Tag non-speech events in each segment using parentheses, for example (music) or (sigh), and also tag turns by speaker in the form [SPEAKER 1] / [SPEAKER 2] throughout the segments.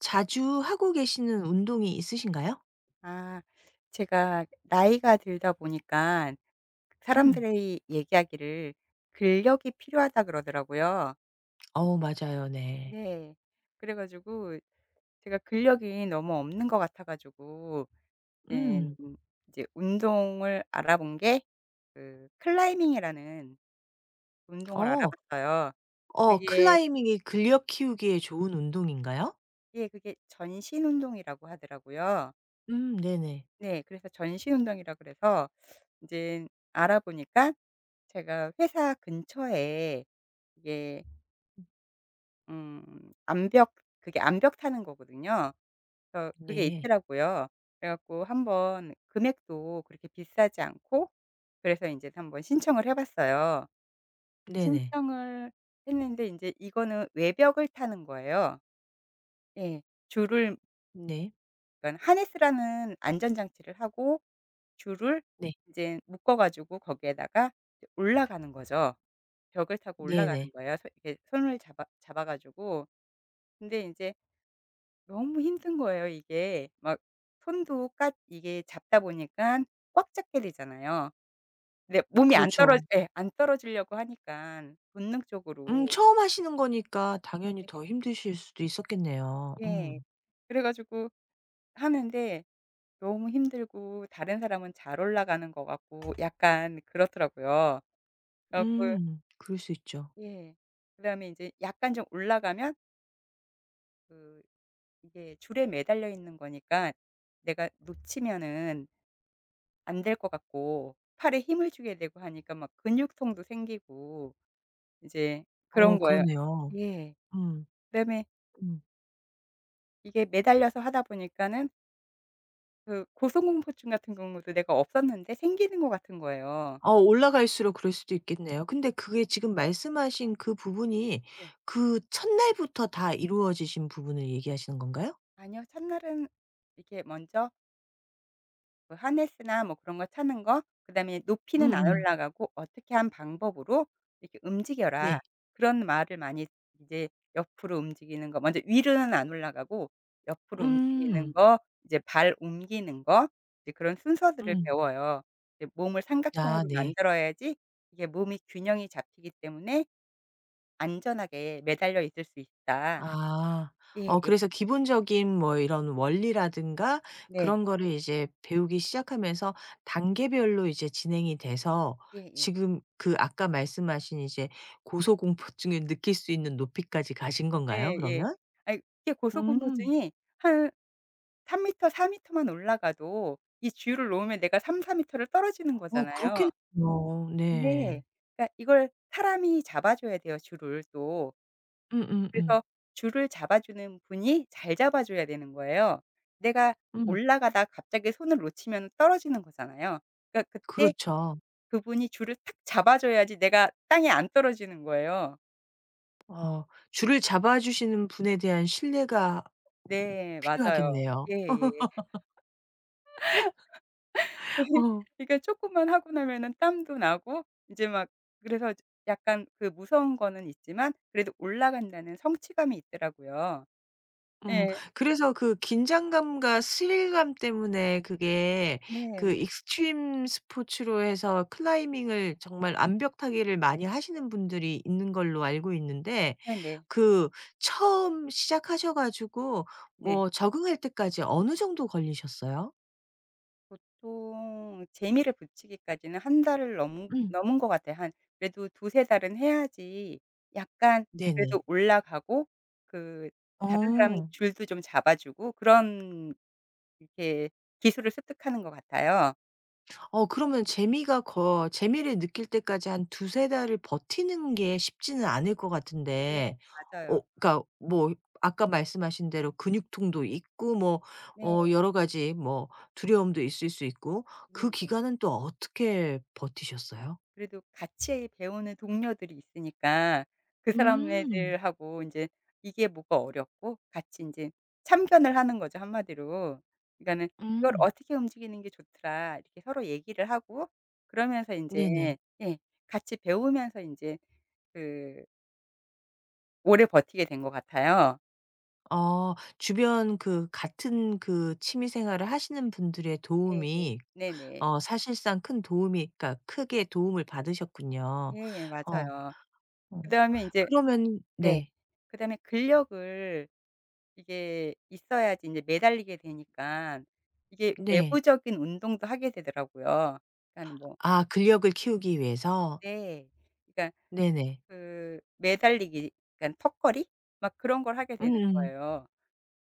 [SPEAKER 1] 자주 하고 계시는 운동이 있으신가요?
[SPEAKER 2] 아. 제가 나이가 들다 보니까
[SPEAKER 1] 음.
[SPEAKER 2] 사람들이 얘기하기를 근력이 필요하다 그러더라고요.
[SPEAKER 1] 어 맞아요. 네.
[SPEAKER 2] 네. 그래 가지고 제가 근력이 너무 없는 것 같아 가지고 예
[SPEAKER 1] 음.
[SPEAKER 2] 이제 운동을 알아본 게 그 클라이밍이라는 운동을
[SPEAKER 1] 어.
[SPEAKER 2] 알아봤어요.
[SPEAKER 1] 어
[SPEAKER 2] 그게
[SPEAKER 1] 클라이밍이 근력 키우기에 좋은 운동인가요?
[SPEAKER 2] 예 그게 전신 운동이라고 하더라고요.
[SPEAKER 1] 네네.
[SPEAKER 2] 네. 그래서 전신 운동이라 그래서 이제 알아보니까 제가 회사 근처에 이게 암벽 그게 암벽 타는 거거든요. 그래서 그게
[SPEAKER 1] 네.
[SPEAKER 2] 있더라고요. 그래 갖고 한번 금액도 그렇게 비싸지 않고 그래서 인제 한번 신청을 해 봤어요.
[SPEAKER 1] 네네.
[SPEAKER 2] 신청을 했는데 인제 이거는 외벽을 타는 거예요. 예. 줄을
[SPEAKER 1] 네.
[SPEAKER 2] 그러니까 하네스라는 안전 장치를 하고 줄을
[SPEAKER 1] 네.
[SPEAKER 2] 인제 묶어 가지고 거기에다가 이제 올라가는 거죠. 벽을 타고
[SPEAKER 1] 네네.
[SPEAKER 2] 올라가는 거예요. 손 이렇게 손을 잡아 가지고. 근데 이제 너무 힘든 거예요 이게. 막 손도 까 이게 잡다 보니까 꽉 잡게 되잖아요. 근데 몸이
[SPEAKER 1] 그렇죠.
[SPEAKER 2] 안 떨어지려고 하니까 본능적으로.
[SPEAKER 1] 처음 하시는 거니까 당연히 더
[SPEAKER 2] 네.
[SPEAKER 1] 힘드실 수도 있었겠네요.
[SPEAKER 2] 예.
[SPEAKER 1] 음.
[SPEAKER 2] 그래 가지고 하는데 너무 힘들고 다른 사람은 잘 올라가는 것 같고 약간 그렇더라고요. 그래 갖고
[SPEAKER 1] 그럴 수 있죠.
[SPEAKER 2] 예. 그다음에 이제 약간 좀 올라가면 그 이게 줄에 매달려 있는 거니까 내가 놓치면은 안될 것 같고 팔에 힘을 주게 되고 하니까 막 근육통도 생기고 이제
[SPEAKER 1] 어
[SPEAKER 2] 그런 거예요.
[SPEAKER 1] 그러네요.
[SPEAKER 2] 예.
[SPEAKER 1] 음.
[SPEAKER 2] 그다음에
[SPEAKER 1] 음.
[SPEAKER 2] 이게 매달려서 하다 보니까는 그 고소공포증 같은 경우도 내가 없었는데 생기는 것 같은 거예요.
[SPEAKER 1] 어 올라갈수록 그럴 수도 있겠네요. 근데 그게 지금 말씀하신 그 부분이
[SPEAKER 2] 예.
[SPEAKER 1] 그 첫날부터 다 이루어지신 부분을 얘기하시는 건가요?
[SPEAKER 2] 아니요. 첫날은 이렇게 먼저 그 하네스나 뭐 그런 거 차는 거 그다음에 높이는 안
[SPEAKER 1] 음음.
[SPEAKER 2] 올라가고 "어떻게 한 방법으로 이렇게
[SPEAKER 1] 네.
[SPEAKER 2] 움직여라." 그런 말을 많이 이제 옆으로 움직이는 거 먼저 위로는 안 올라가고 옆으로 움직이는
[SPEAKER 1] 음.
[SPEAKER 2] 거 이제 발 옮기는 거 이제 그런 순서들을
[SPEAKER 1] 음.
[SPEAKER 2] 배워요. 이제 몸을
[SPEAKER 1] 아
[SPEAKER 2] 삼각형으로
[SPEAKER 1] 네.
[SPEAKER 2] 만들어야지 이게 몸이 균형이 잡히기 때문에 안전하게 매달려 있을 수 있다.
[SPEAKER 1] 아.
[SPEAKER 2] 예예.
[SPEAKER 1] 어 그래서 기본적인 뭐 이런 원리라든가
[SPEAKER 2] 네.
[SPEAKER 1] 그런 거를 이제 배우기 시작하면서 단계별로 이제 진행이 돼서
[SPEAKER 2] 예예.
[SPEAKER 1] 지금 그 아까 말씀하신 이제 고소공포증을 느낄 수 있는 높이까지 가신 건가요
[SPEAKER 2] 네 예.
[SPEAKER 1] 그러면?
[SPEAKER 2] 아이 이게
[SPEAKER 1] 음.
[SPEAKER 2] 고소공포증이 한 3터4터만 올라가도 이 주유를 놓으면 내가 3 4터를 떨어지는
[SPEAKER 1] 어
[SPEAKER 2] 거잖아요.
[SPEAKER 1] 그렇겠네요.
[SPEAKER 2] 네.
[SPEAKER 1] 네.
[SPEAKER 2] 그러니까 이걸 사람이 잡아 줘야 돼요, 줄을 또.
[SPEAKER 1] 음음음.
[SPEAKER 2] 그래서 줄을 잡아 주는 분이 잘 잡아 줘야 되는 거예요. 내가
[SPEAKER 1] 음.
[SPEAKER 2] 올라가다 갑자기 손을 놓치면 떨어지는 거잖아요. 그러니까 그때
[SPEAKER 1] 그렇죠.
[SPEAKER 2] 그분이 줄을 탁 잡아 줘야지 내가 땅에 안 떨어지는 거예요.
[SPEAKER 1] 어 줄을 잡아 주시는 분에 대한 신뢰가
[SPEAKER 2] 네 맞아요.
[SPEAKER 1] 필요하겠네요.
[SPEAKER 2] 예예. (laughs)
[SPEAKER 1] 어.
[SPEAKER 2] 그러니까 조금만 하고 나면은 땀도 나고 이제 막 그래서 약간 그 무서운 거는 있지만 그래도 올라간다는 성취감이 있더라고요.
[SPEAKER 1] 음.
[SPEAKER 2] 예.
[SPEAKER 1] 그래서 그 긴장감과 스릴감 때문에 그게 그
[SPEAKER 2] 네.
[SPEAKER 1] 익스트림 스포츠로 해서 클라이밍을 정말 암벽 타기를 많이 하시는 분들이 있는 걸로 알고 있는데
[SPEAKER 2] 네네. 네.
[SPEAKER 1] 그 처음 시작하셔 가지고
[SPEAKER 2] 네.
[SPEAKER 1] 뭐 적응할 때까지 어느 정도 걸리셨어요?
[SPEAKER 2] 네. 보통 재미를 붙이기까지는 한 달을 넘은
[SPEAKER 1] 음.
[SPEAKER 2] 넘은 것 같아요. 한 그래도 두세 달은 해야지 약간
[SPEAKER 1] 네네.
[SPEAKER 2] 그래도 올라가고 그 다른 사람
[SPEAKER 1] 어.
[SPEAKER 2] 줄도 좀 잡아 주고 그런 이렇게 기술을 습득하는 것 같아요.
[SPEAKER 1] 어 그러면 재미가 거 재미를 느낄 때까지 한 두세 달을 버티는 게 쉽지는 않을 것
[SPEAKER 2] 네.
[SPEAKER 1] 같은데
[SPEAKER 2] 맞아요.
[SPEAKER 1] 어 그러니까 뭐 아까 말씀하신 대로 근육통도 있고 뭐
[SPEAKER 2] 네.
[SPEAKER 1] 어 여러 가지 뭐 두려움도 있을 수 있고 그
[SPEAKER 2] 예예.
[SPEAKER 1] 기간은 또 어떻게 버티셨어요?
[SPEAKER 2] 그래도 같이 배우는 동료들이 있으니까 그
[SPEAKER 1] 음.
[SPEAKER 2] 사람네들하고 인제 이게 뭐가 어렵고 같이 인제 참견을 하는 거죠 한마디로. 그러니까는 "이걸
[SPEAKER 1] 음.
[SPEAKER 2] 어떻게 움직이는 게 좋더라." 이렇게 서로 얘기를 하고 그러면서 인제
[SPEAKER 1] 네네.
[SPEAKER 2] 예 같이 배우면서 인제 그 오래 버티게 된 것 같아요.
[SPEAKER 1] 어 주변 그 같은 그 취미 생활을 하시는 분들의
[SPEAKER 2] 예예.
[SPEAKER 1] 도움이
[SPEAKER 2] 네네.
[SPEAKER 1] 어 사실상 큰 도움이 그러니까 크게 도움을 받으셨군요.
[SPEAKER 2] 예예.
[SPEAKER 1] 어.
[SPEAKER 2] 맞아요.
[SPEAKER 1] 어.
[SPEAKER 2] 그다음에 인제
[SPEAKER 1] 그러면
[SPEAKER 2] 네.
[SPEAKER 1] 네.
[SPEAKER 2] 그다음에 근력을 이게 있어야지 이제 매달리게 되니까 이게
[SPEAKER 1] 네.
[SPEAKER 2] 내부적인 운동도 하게 되더라고요. 그러니까 뭐
[SPEAKER 1] 아 근력을 키우기 위해서?
[SPEAKER 2] 네. 그러니까
[SPEAKER 1] 네네.
[SPEAKER 2] 그 매달리기 그러니까 턱걸이 막 그런 걸 하게 되는
[SPEAKER 1] 음음. 음.
[SPEAKER 2] 거예요.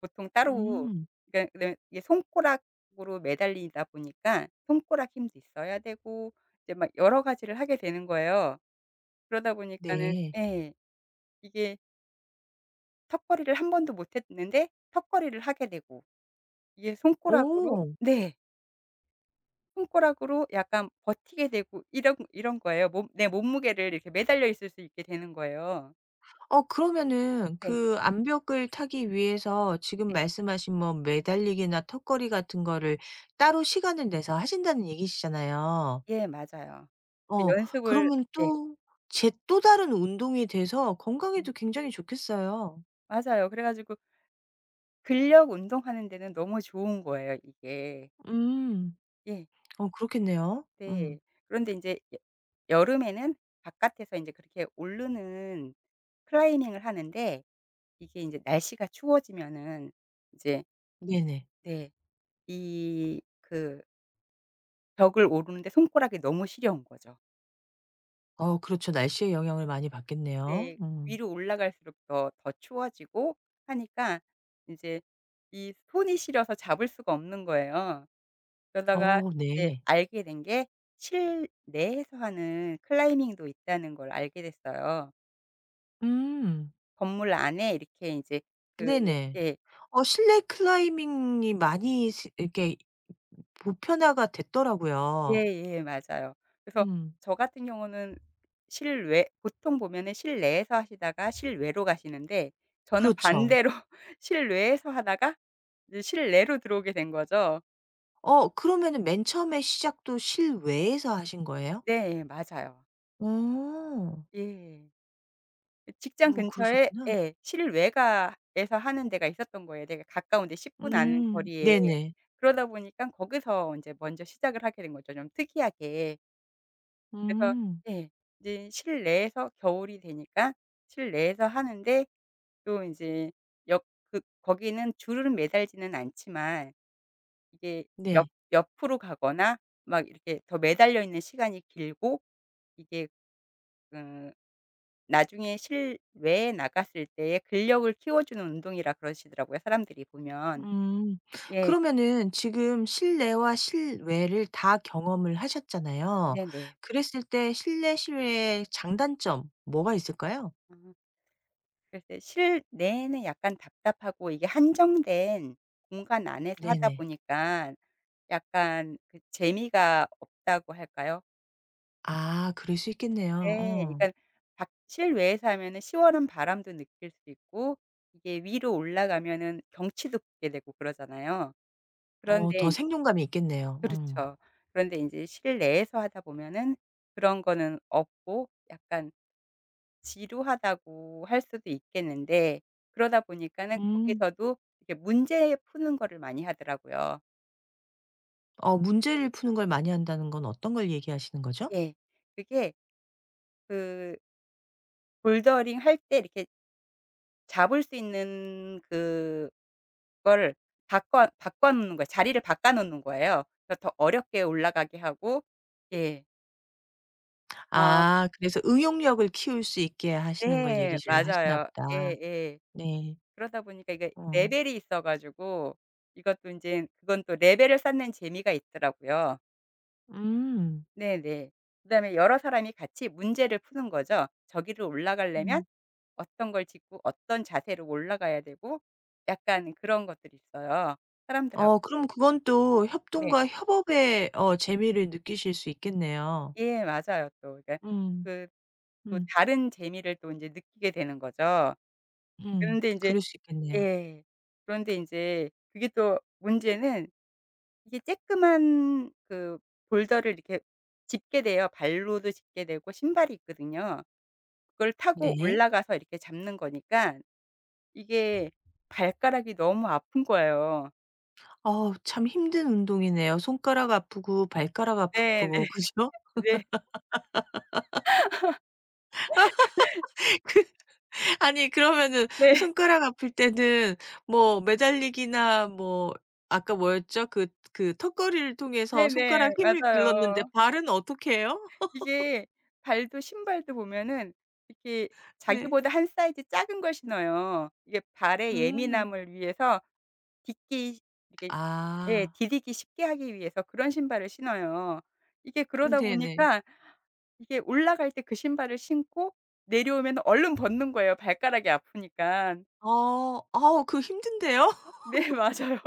[SPEAKER 2] 보통 따로
[SPEAKER 1] 음,
[SPEAKER 2] 그러니까 그다음에 이게 손가락으로 매달리다 보니까 손가락 힘도 있어야 되고 이제 막 여러 가지를 하게 되는 거예요. 그러다 보니까는
[SPEAKER 1] 네.
[SPEAKER 2] 예. 이게 턱걸이를 한 번도 못 했는데 턱걸이를 하게 되고 이게 손가락으로
[SPEAKER 1] 오.
[SPEAKER 2] 네. 손가락으로 약간 버티게 되고 이런 이런 거예요. 몸 내 몸무게를 이렇게 매달려 있을 수 있게 되는 거예요.
[SPEAKER 1] 어 그러면은
[SPEAKER 2] 네.
[SPEAKER 1] 그 암벽을 타기 위해서 지금
[SPEAKER 2] 네.
[SPEAKER 1] 말씀하신 뭐 매달리기나 턱걸이 같은 거를 따로 시간을 내서 하신다는 얘기시잖아요.
[SPEAKER 2] 예 맞아요. 그
[SPEAKER 1] 어.
[SPEAKER 2] 연습을
[SPEAKER 1] 그러면
[SPEAKER 2] 예.
[SPEAKER 1] 또 제 또 다른 운동이 돼서
[SPEAKER 2] 네.
[SPEAKER 1] 건강에도 굉장히 좋겠어요.
[SPEAKER 2] 맞아요. 그래 가지고 근력 운동하는 데는 너무 좋은 거예요 이게.
[SPEAKER 1] 음.
[SPEAKER 2] 예.
[SPEAKER 1] 어 그렇겠네요.
[SPEAKER 2] 네.
[SPEAKER 1] 음.
[SPEAKER 2] 그런데 인제 여 여름에는 바깥에서 인제 그렇게 오르는 클라이밍을 하는데 이게 인제 날씨가 추워지면은 이제
[SPEAKER 1] 네네.
[SPEAKER 2] 네 이 그 벽을 오르는데 손가락이 너무 시려운 거죠.
[SPEAKER 1] 어 그렇죠. 날씨의 영향을 많이 받겠네요.
[SPEAKER 2] 네.
[SPEAKER 1] 음.
[SPEAKER 2] 위로 올라갈수록 더 더 추워지고 하니까 이제 이 손이 시려서 잡을 수가 없는 거예요. 그러다가
[SPEAKER 1] 어
[SPEAKER 2] 이제
[SPEAKER 1] 네.
[SPEAKER 2] 알게 된 게 실내에서 하는 클라이밍도 있다는 걸 알게 됐어요.
[SPEAKER 1] 음.
[SPEAKER 2] 건물 안에 이렇게 이제 그
[SPEAKER 1] 네네.
[SPEAKER 2] 예.
[SPEAKER 1] 어 실내 클라이밍이 많이 시 이렇게 보편화가 됐더라고요.
[SPEAKER 2] 예예. 맞아요. 그래서
[SPEAKER 1] 음.
[SPEAKER 2] 저 같은 경우는 실외 보통 보면은 실내에서 하시다가 실외로 가시는데 저는
[SPEAKER 1] 그렇죠.
[SPEAKER 2] 반대로 (laughs) 실외에서 하다가 이제 실내로 들어오게 된 거죠.
[SPEAKER 1] 어 그러면은 맨 처음에 시작도 실외에서 하신 거예요?
[SPEAKER 2] 네. 맞아요.
[SPEAKER 1] 어.
[SPEAKER 2] 예. 그 직장
[SPEAKER 1] 어
[SPEAKER 2] 근처에
[SPEAKER 1] 그러셨구나.
[SPEAKER 2] 예 실외가에서 하는 데가 있었던 거예요. 되게 가까운데 10분 안
[SPEAKER 1] 음.
[SPEAKER 2] 거리에.
[SPEAKER 1] 네네.
[SPEAKER 2] 그러다 보니까 거기서 인제 먼저 시작을 하게 된 거죠 좀 특이하게. 그래서
[SPEAKER 1] 음.
[SPEAKER 2] 예 이제 실내에서 겨울이 되니까 실내에서 하는데 또 인제 역 그 거기는 줄은 매달지는 않지만 이게 옆
[SPEAKER 1] 네.
[SPEAKER 2] 옆으로 가거나 막 이렇게 더 매달려 있는 시간이 길고 이게 그 나중에 실외에 나갔을 때에 근력을 키워주는 운동이라 그러시더라고요, 사람들이 보면.
[SPEAKER 1] 음.
[SPEAKER 2] 예.
[SPEAKER 1] 그러면은 지금 실내와 실외를 다 경험을 하셨잖아요.
[SPEAKER 2] 네네.
[SPEAKER 1] 그랬을 때 실내 실외의 장단점 뭐가 있을까요?
[SPEAKER 2] 아 그래서 실내에는 약간 답답하고 이게 한정된 공간 안에서 하다
[SPEAKER 1] 네네.
[SPEAKER 2] 보니까 약간 그 재미가 없다고 할까요?
[SPEAKER 1] 아 그럴 수 있겠네요.
[SPEAKER 2] 네.
[SPEAKER 1] 어.
[SPEAKER 2] 그러니까 밖 실외에서 하면은 시원한 바람도 느낄 수 있고 이게 위로 올라가면은 경치도 보게 되고 그러잖아요.
[SPEAKER 1] 어
[SPEAKER 2] 그런데
[SPEAKER 1] 더
[SPEAKER 2] 인제
[SPEAKER 1] 생존감이 있겠네요. 음.
[SPEAKER 2] 그렇죠. 그런데 인제 실내에서 하다 보면은 그런 거는 없고 약간 지루하다고 할 수도 있겠는데 그러다 보니까는
[SPEAKER 1] 음.
[SPEAKER 2] 거기서도 이렇게 문제 푸는 거를 많이 하더라고요.
[SPEAKER 1] 어 문제를 푸는 걸 많이 한다는 건 어떤 걸 얘기하시는 거죠?
[SPEAKER 2] 예. 그게 그 볼더링 할 때 이렇게 잡을 수 있는 그 그거를 바꿔 놓는 거예요. 자리를 바꿔 놓는 거예요. 그래서 더 어렵게 올라가게 하고 예. 어
[SPEAKER 1] 아 그래서 응용력을 키울 수 있게 하시는 걸
[SPEAKER 2] 네.
[SPEAKER 1] 얘기를 하시나
[SPEAKER 2] 맞아요.
[SPEAKER 1] 보다.
[SPEAKER 2] 예예.
[SPEAKER 1] 네.
[SPEAKER 2] 그러다 보니까 이게
[SPEAKER 1] 어.
[SPEAKER 2] 레벨이 있어 가지고 이것도 인제 그건 또 레벨을 쌓는 재미가 있더라고요.
[SPEAKER 1] 음.
[SPEAKER 2] 네네. 그다음에 여러 사람이 같이 문제를 푸는 거죠. 저기를 올라가려면
[SPEAKER 1] 음.
[SPEAKER 2] 어떤 걸 짚고 어떤 자세로 올라가야 되고 약간 그런 것들이 있어요, 사람들하고.
[SPEAKER 1] 어 그럼 그건 또
[SPEAKER 2] 네.
[SPEAKER 1] 협동과 협업의 어 재미를 느끼실 수 있겠네요.
[SPEAKER 2] 예 맞아요 또. 그러니까
[SPEAKER 1] 음.
[SPEAKER 2] 그 또
[SPEAKER 1] 음.
[SPEAKER 2] 다른 재미를 또 인제 느끼게 되는 거죠.
[SPEAKER 1] 음.
[SPEAKER 2] 그런데 인제
[SPEAKER 1] 그럴 수 있겠네요.
[SPEAKER 2] 예. 그런데 인제 그게 또 문제는 이게 쬐끄만 그 볼더를 이렇게 짚게 돼요. 발로도 짚게 되고 신발이 있거든요. 그걸 타고
[SPEAKER 1] 네.
[SPEAKER 2] 올라가서 이렇게 잡는 거니까 이게 발가락이 너무 아픈 거예요.
[SPEAKER 1] 어우 참 힘든 운동이네요. 손가락 아프고 발가락
[SPEAKER 2] 네 네.
[SPEAKER 1] 아프고 그죠?
[SPEAKER 2] 네.
[SPEAKER 1] (laughs) 그 아니 그러면은
[SPEAKER 2] 네.
[SPEAKER 1] 손가락 아플 때는 뭐 매달리기나 뭐 아까 뭐였죠? 그 그 턱걸이를 통해서 손가락
[SPEAKER 2] 네네.
[SPEAKER 1] 힘을 길렀는데
[SPEAKER 2] 맞아요.
[SPEAKER 1] 발은 어떻게 해요?
[SPEAKER 2] 이게 발도 신발도 보면은 이렇게
[SPEAKER 1] 네.
[SPEAKER 2] 자기보다 한 사이즈 작은 걸 신어요. 이게 발의
[SPEAKER 1] 음.
[SPEAKER 2] 예민함을 위해서 딛기 이게 예
[SPEAKER 1] 아.
[SPEAKER 2] 디디기 쉽게 하기 위해서 그런 신발을 신어요. 이게 그러다
[SPEAKER 1] 네네.
[SPEAKER 2] 보니까 이게 올라갈 때 그 신발을 신고 내려오면 얼른 벗는 거예요 발가락이 아프니까.
[SPEAKER 1] 어. 아우 그 힘든데요?
[SPEAKER 2] 네 (laughs) 맞아요.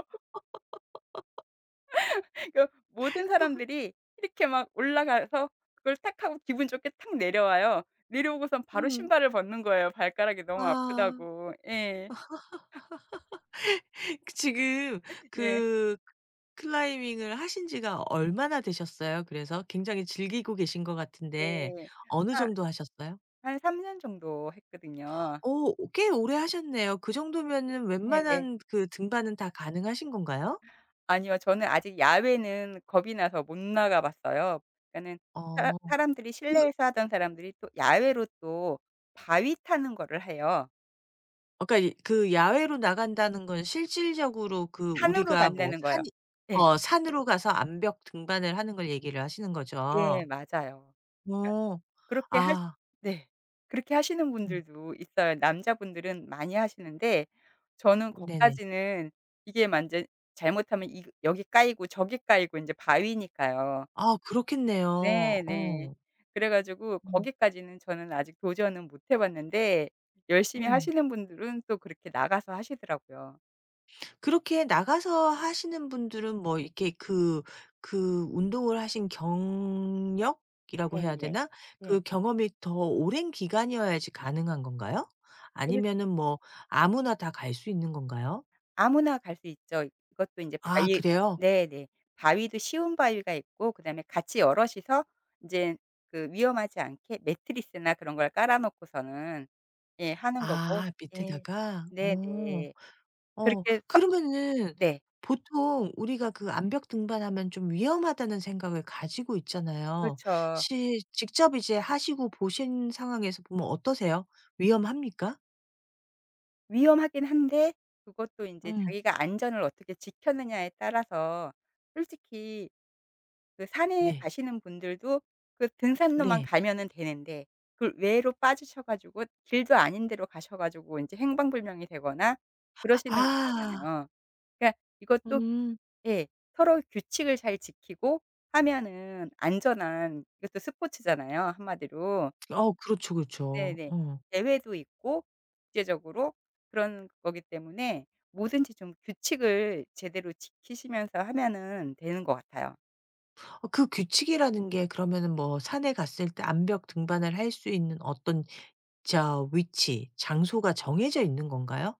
[SPEAKER 2] 그 모든 사람들이 이렇게 막 올라가서 그걸 탁 하고 기분 좋게 탁 내려와요. 내려오고선 바로
[SPEAKER 1] 음.
[SPEAKER 2] 신발을 벗는 거예요, 발가락이 너무
[SPEAKER 1] 아.
[SPEAKER 2] 아프다고. 예.
[SPEAKER 1] (laughs) 그 지금
[SPEAKER 2] 예.
[SPEAKER 1] 그 클라이밍을 하신 지가 얼마나 되셨어요? 그래서 굉장히 즐기고 계신 것 같은데
[SPEAKER 2] 네.
[SPEAKER 1] 어느
[SPEAKER 2] 한
[SPEAKER 1] 정도 하셨어요?
[SPEAKER 2] 한 3년 정도 했거든요.
[SPEAKER 1] 어 꽤 오래 하셨네요. 그 정도면은
[SPEAKER 2] 네네.
[SPEAKER 1] 웬만한 그 등반은 다 가능하신 건가요?
[SPEAKER 2] 아니요. 저는 아직 야외는 겁이 나서 못 나가 봤어요. 그러니까는 사
[SPEAKER 1] 어.
[SPEAKER 2] 사람들이
[SPEAKER 1] 그
[SPEAKER 2] 실내에서 하던 사람들이 또 야외로 또 바위 타는 거를 해요.
[SPEAKER 1] 그러니까 이 그 야외로 나간다는 건 실질적으로 그
[SPEAKER 2] 산으로
[SPEAKER 1] 우리가 뭐
[SPEAKER 2] 간다는 거예요.
[SPEAKER 1] 산이
[SPEAKER 2] 예.
[SPEAKER 1] 어 산으로 가서 암벽 등반을 하는 걸 얘기를 하시는
[SPEAKER 2] 예
[SPEAKER 1] 거죠?
[SPEAKER 2] 맞아요.
[SPEAKER 1] 어.
[SPEAKER 2] 그렇게 하시
[SPEAKER 1] 아.
[SPEAKER 2] 네. 그렇게 하시는
[SPEAKER 1] 음.
[SPEAKER 2] 분들도 있어요. 남자분들은 많이 하시는데 저는
[SPEAKER 1] 네네.
[SPEAKER 2] 거기까지는 이게 완전 잘못하면 이 여기 까이고 저기 까이고 인제 바위니까요.
[SPEAKER 1] 아 그렇겠네요.
[SPEAKER 2] 네네.
[SPEAKER 1] 어.
[SPEAKER 2] 그래 가지고
[SPEAKER 1] 음.
[SPEAKER 2] 거기까지는 저는 아직 도전은 못해 봤는데 열심히
[SPEAKER 1] 음.
[SPEAKER 2] 하시는 분들은 또 그렇게 나가서 하시더라고요.
[SPEAKER 1] 그렇게 나가서 하시는 분들은 뭐 이렇게 그 그 운동을 하신 경력이라고 해야
[SPEAKER 2] 네네.
[SPEAKER 1] 되나? 그
[SPEAKER 2] 네.
[SPEAKER 1] 경험이 더 오랜 기간이어야지 가능한 건가요?
[SPEAKER 2] 그래
[SPEAKER 1] 아니면은 뭐 아무나 다 갈 수 있는 건가요?
[SPEAKER 2] 아무나 갈 수 있죠. 이것도 인제
[SPEAKER 1] 아
[SPEAKER 2] 바위
[SPEAKER 1] 그래요?
[SPEAKER 2] 네네. 바위도 쉬운 바위가 있고 그다음에 같이 여럿이서 인제 그 위험하지 않게 매트리스나 그런 걸 깔아 놓고서는 예 하는 거고
[SPEAKER 1] 아
[SPEAKER 2] 예.
[SPEAKER 1] 밑에다가? 어.
[SPEAKER 2] 네네.
[SPEAKER 1] 어
[SPEAKER 2] 그렇게 서
[SPEAKER 1] 그러면은
[SPEAKER 2] 네.
[SPEAKER 1] 보통 우리가 그 암벽 등반하면 좀 위험하다는 생각을 가지고 있잖아요.
[SPEAKER 2] 그렇죠.
[SPEAKER 1] 시 직접 이제 하시고 보신 상황에서 보면 어떠세요? 위험합니까?
[SPEAKER 2] 위험하긴 한데 그것도 인제
[SPEAKER 1] 음.
[SPEAKER 2] 자기가 안전을 어떻게 지켰느냐에 따라서 솔직히 그 산에
[SPEAKER 1] 네.
[SPEAKER 2] 가시는 분들도 그 등산로만
[SPEAKER 1] 네.
[SPEAKER 2] 가면은 되는데 그 외로 빠지셔 가지고 길도 아닌 데로 가셔 가지고 인제 행방불명이 되거나 그러시는
[SPEAKER 1] 아.
[SPEAKER 2] 거잖아요. 그러니까 이것도
[SPEAKER 1] 음.
[SPEAKER 2] 예. 서로 규칙을 잘 지키고 하면은 안전한 이것도 스포츠잖아요 한마디로.
[SPEAKER 1] 어 그렇죠, 그렇죠.
[SPEAKER 2] 네네.
[SPEAKER 1] 어.
[SPEAKER 2] 대회도 있고 국제적으로 그런 거기 때문에 뭐든지 좀 규칙을 제대로 지키시면서 하면은 되는 것 같아요.
[SPEAKER 1] 어 그 규칙이라는 게 그러면은 뭐 산에 갔을 때 암벽 등반을 할 수 있는 어떤 저 위치, 장소가 정해져 있는 건가요?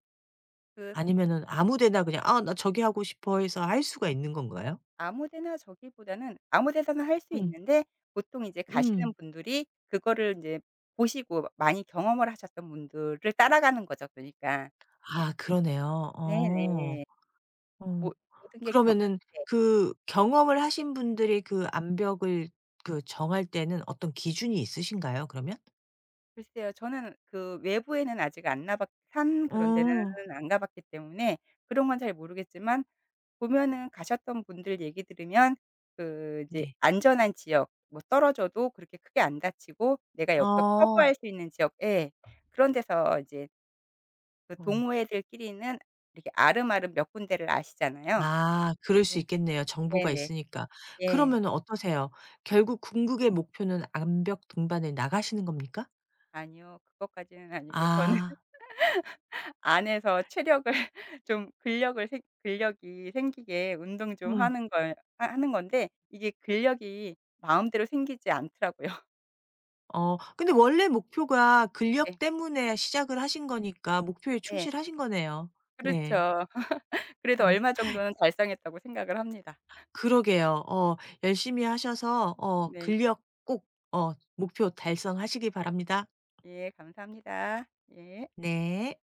[SPEAKER 2] 그
[SPEAKER 1] 아니면은 아무 데나 그냥 '아 나 저기 하고 싶어.' 해서 할 수가 있는 건가요?
[SPEAKER 2] 아무 데나 저기보다는 아무 데서나 할 수
[SPEAKER 1] 음.
[SPEAKER 2] 있는데 보통 이제
[SPEAKER 1] 음.
[SPEAKER 2] 가시는 분들이 그거를 인제 보시고 많이 경험을 하셨던 분들을 따라가는 거죠 그니까.
[SPEAKER 1] 아 그러네요. 어.
[SPEAKER 2] 네네.
[SPEAKER 1] 어.
[SPEAKER 2] 모 모든 게 경
[SPEAKER 1] 그러면은
[SPEAKER 2] 네.
[SPEAKER 1] 그 경험을 하신 분들이 그 암벽을 그 정할 때는 어떤 기준이 있으신가요 그러면?
[SPEAKER 2] 글쎄요. 저는 그 외부에는 아직 안 나봤 산 그런 데는
[SPEAKER 1] 어.
[SPEAKER 2] 안 가봤기 때문에 그런 건 잘 모르겠지만 보면은 가셨던 분들 얘기 들으면 그 이제
[SPEAKER 1] 네.
[SPEAKER 2] 안전한 지역 뭐 떨어져도 그렇게 크게 안 다치고 내가 여기서
[SPEAKER 1] 어.
[SPEAKER 2] 커버할 수 있는 지역 예. 그런 데서 이제 그
[SPEAKER 1] 어.
[SPEAKER 2] 동호회들끼리는 이렇게 아름아름 몇 군데를 아시잖아요.
[SPEAKER 1] 아 그럴 수
[SPEAKER 2] 예.
[SPEAKER 1] 있겠네요 정보가
[SPEAKER 2] 네네.
[SPEAKER 1] 있으니까.
[SPEAKER 2] 예.
[SPEAKER 1] 그러면은 어떠세요? 결국 궁극의 목표는 암벽 등반에 나가시는 겁니까?
[SPEAKER 2] 아니요. 그것까지는 아니고 저는
[SPEAKER 1] 아.
[SPEAKER 2] (laughs) 안에서 체력을 (laughs) 좀 근력을 생 근력이 생기게 운동 좀
[SPEAKER 1] 음.
[SPEAKER 2] 하는 걸 하 하는 건데 이게 근력이 마음대로 생기지 않더라고요. (laughs)
[SPEAKER 1] 어 근데 원래 목표가 근력
[SPEAKER 2] 네.
[SPEAKER 1] 때문에 시작을 하신 거니까 목표에
[SPEAKER 2] 네.
[SPEAKER 1] 충실하신 거네요. 네.
[SPEAKER 2] 그렇죠. (laughs) 그래도
[SPEAKER 1] 음
[SPEAKER 2] 얼마 정도는 달성했다고 생각을 합니다.
[SPEAKER 1] 그러게요. 어 열심히 하셔서 어
[SPEAKER 2] 네.
[SPEAKER 1] 근력 꼭 어 목표 달성하시기 바랍니다.
[SPEAKER 2] 예. 감사합니다. 예.
[SPEAKER 1] 네.